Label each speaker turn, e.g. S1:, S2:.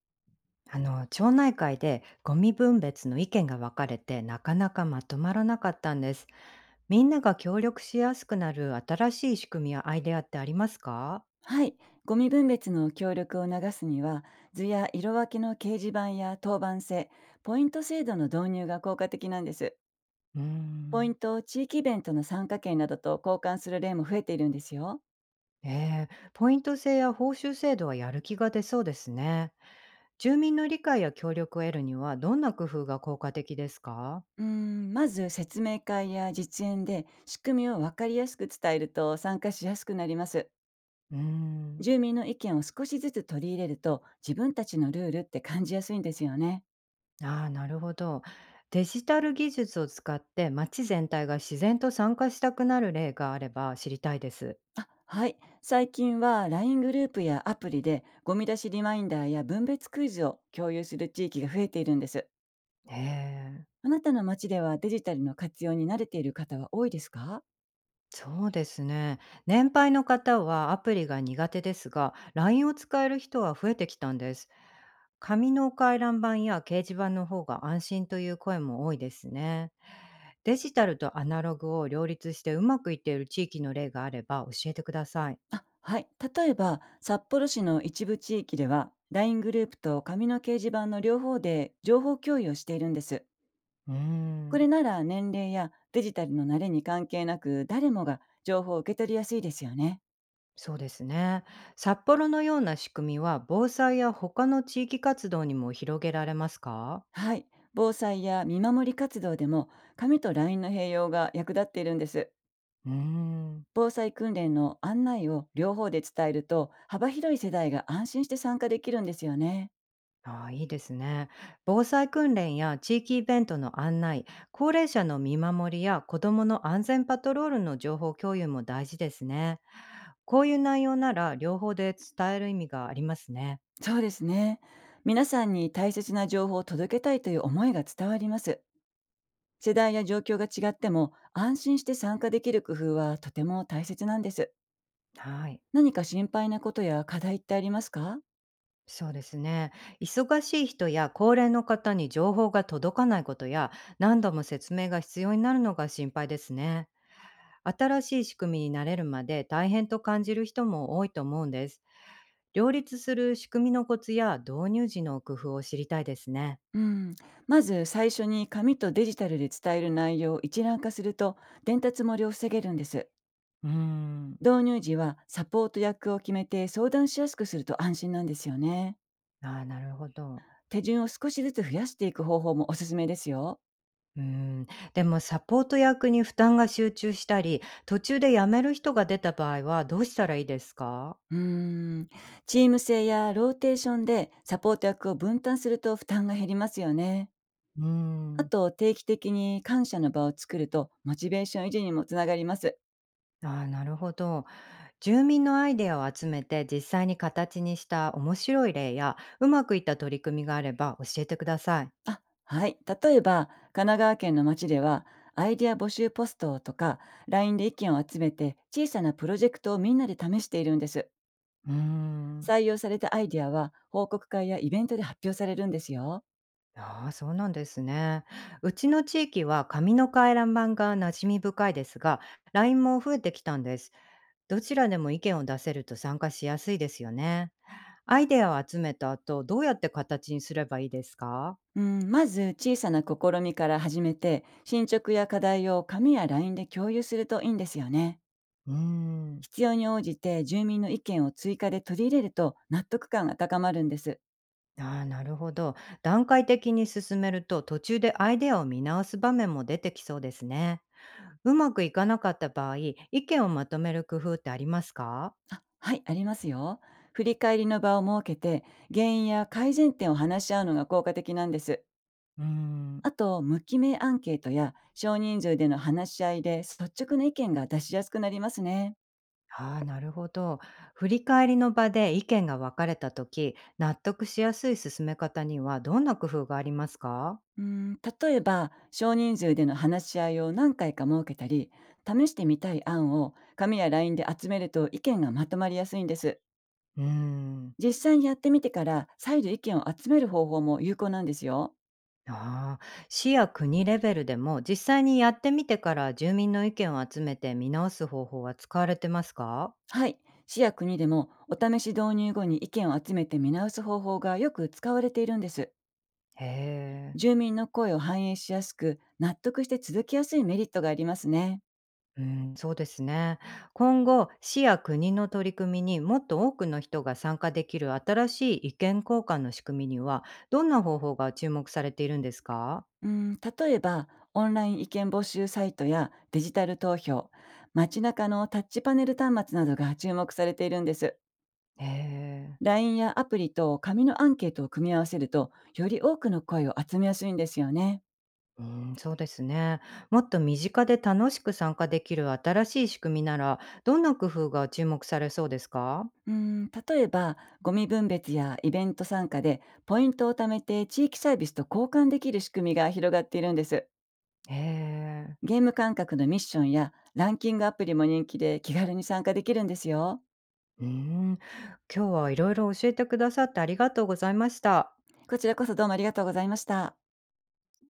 S1: 町内会でゴミ分別の意見が分かれてなかなかまとまらなかったんです。みんなが協力しやすくなる新しい仕組みやアイデアってありますか？
S2: はい、ゴミ分別の協力を促すには、図や色分けの掲示板や当番制、ポイント制度の導入が効果的なんです。
S1: うー
S2: ポイン
S1: ん。
S2: トを地域イベントの参加券などと交換する例も増えているんですよ。
S1: ええ、ポイント制や報酬制度はやる気が出そうですね。住民の理解や協力を得るにはどんな工夫が効果的ですか？
S2: まず説明会や実演で仕組みを分かりやすく伝えると参加しやすくなります。
S1: うーん。
S2: 住民の意見を少しずつ取り入れると自分たちのルールって感じやすいんですよね。
S1: ああ、なるほど。デジタル技術を使って町全体が自然と参加したくなる例があれば知りたいです。
S2: あ、はい。最近はライングループやアプリでゴミ出しリマインダーや分別クイズを共有する地域が増えているんです。
S1: ええ、
S2: あなたの街ではデジタルの活用に慣れている方は多いですか？
S1: そうですね。年配の方はアプリが苦手ですが、LINE を使える人は増えてきたんです。紙の回覧板や掲示板の方が安心という声も多いですね。デジタルとアナログを両立してうまくいっている地域の例があれば教えてください。
S2: あ、はい。例えば札幌市の一部地域ではライングループと紙の掲示板の両方で情報共有をしているんです。
S1: うー
S2: これ
S1: ん、
S2: なら年齢やデジタルの慣れに関係なく誰もが情報を受け取りやすいですよね。
S1: そうですね。札幌のような仕組みは防災や他の地域活動にも広げられますか？
S2: はい。防災や見守り活動でも、紙と LINE の併用が役立っているんです。
S1: うーん。
S2: 防災訓練の案内を両方で伝えると、幅広い世代が安心して参加できるんですよね。
S1: ああ、いいですね。防災訓練や地域イベントの案内、高齢者の見守りや子どもの安全パトロールの情報共有も大事ですね。こういう内容なら両方で伝える意味がありますね。
S2: そうですね。皆さんに大切な情報を届けたいという思いが伝わります。世代や状況が違っても、安心して参加できる工夫はとても大切なんです。
S1: はい。
S2: 何か心配なことや課題ってありますか？
S1: そうですね。忙しい人や高齢の方に情報が届かないことや何度も説明が必要になるのが心配ですね。新しい仕組みになれるまで大変と感じる人も多いと思うんです。両立する仕組みのコツや導入時の工夫を知りたいですね。
S2: うん、まず最初に紙とデジタルで伝える内容を一覧化すると、伝達漏れを防げるんです。
S1: うーん。
S2: 導入時はサポート役を決めて相談しやすくすると安心なんですよね。
S1: ああ、なるほど。
S2: 手順を少しずつ増やしていく方法もおすすめですよ。
S1: うーん。でもサポート役に負担が集中したり、途中で辞める人が出た場合はどうしたらいいですか？
S2: うーん、チーム制やローテーションでサポート役を分担すると負担が減りますよね。
S1: うー
S2: あ
S1: ん。
S2: と定期的に感謝の場を作るとモチベーション維持にもつながります。
S1: ああ、なるほど。住民のアイデアを集めて実際に形にした面白い例やうまくいった取り組みがあれば教えてください。
S2: あ、はい。例えば、神奈川県の町では、アイデア募集ポストとか、LINE で意見を集めて、小さなプロジェクトをみんなで試しているんです。
S1: うーん。
S2: 採用されたアイデアは、報告会やイベントで発表されるんですよ。
S1: ああ、そうなんですね。うちの地域は紙の回覧板が馴染み深いですが、LINE も増えてきたんです。どちらでも意見を出せると参加しやすいですよね。アイデアを集めた後、どうやって形にすればいいですか？
S2: うん、まず、小さな試みから始めて、進捗や課題を紙や LINE で共有するといいんですよね。
S1: うーん。
S2: 必要に応じて住民の意見を追加で取り入れると納得感が高まるんです。
S1: ああ、なるほど。段階的に進めると、途中でアイデアを見直す場面も出てきそうですね。うまくいかなかった場合、意見をまとめる工夫ってありますか？
S2: はい、ありますよ。振り返りの場を設けて、原因や改善点を話し合うのが効果的なんです。
S1: うーん。
S2: あと、無記名アンケートや少人数での話し合いで率直な意見が出しやすくなりますね。
S1: ああ、なるほど。振り返りの場で意見が分かれた時、納得しやすい進め方にはどんな工夫がありますか？
S2: うん、例えば、少人数での話し合いを何回か設けたり、試してみたい案を紙やラインで集めると意見がまとまりやすいんです。
S1: うーん。
S2: 実際にやってみてから再度意見を集める方法も有効なんですよ。
S1: ああ、市や国レベルでも実際にやってみてから住民の意見を集めて見直す方法は使われてますか？
S2: はい。市や国でもお試し導入後に意見を集めて見直す方法がよく使われているんです。
S1: へえ。
S2: 住民の声を反映しやすく、納得して続きやすいメリットがありますね。
S1: うん、そうですね。今後、市や国の取り組みにもっと多くの人が参加できる新しい意見交換の仕組みには、どんな方法が注目されているんですか？
S2: うん、例えば、オンライン意見募集サイトやデジタル投票、街中のタッチパネル端末などが注目されているんです。
S1: へえ。
S2: LINE やアプリと紙のアンケートを組み合わせると、より多くの声を集めやすいんですよね。
S1: うん、そうですね。もっと身近で楽しく参加できる新しい仕組みなら、どんな工夫が注目されそうですか？
S2: 例えば、ゴミ分別やイベント参加で、ポイントを貯めて地域サービスと交換できる仕組みが広がっているんです。
S1: へえ。
S2: ゲーム感覚のミッションやランキングアプリも人気で気軽に参加できるんですよ。
S1: うん。今日はいろいろ教えてくださってありがとうございました。
S2: こちらこそどうもありがとうございました。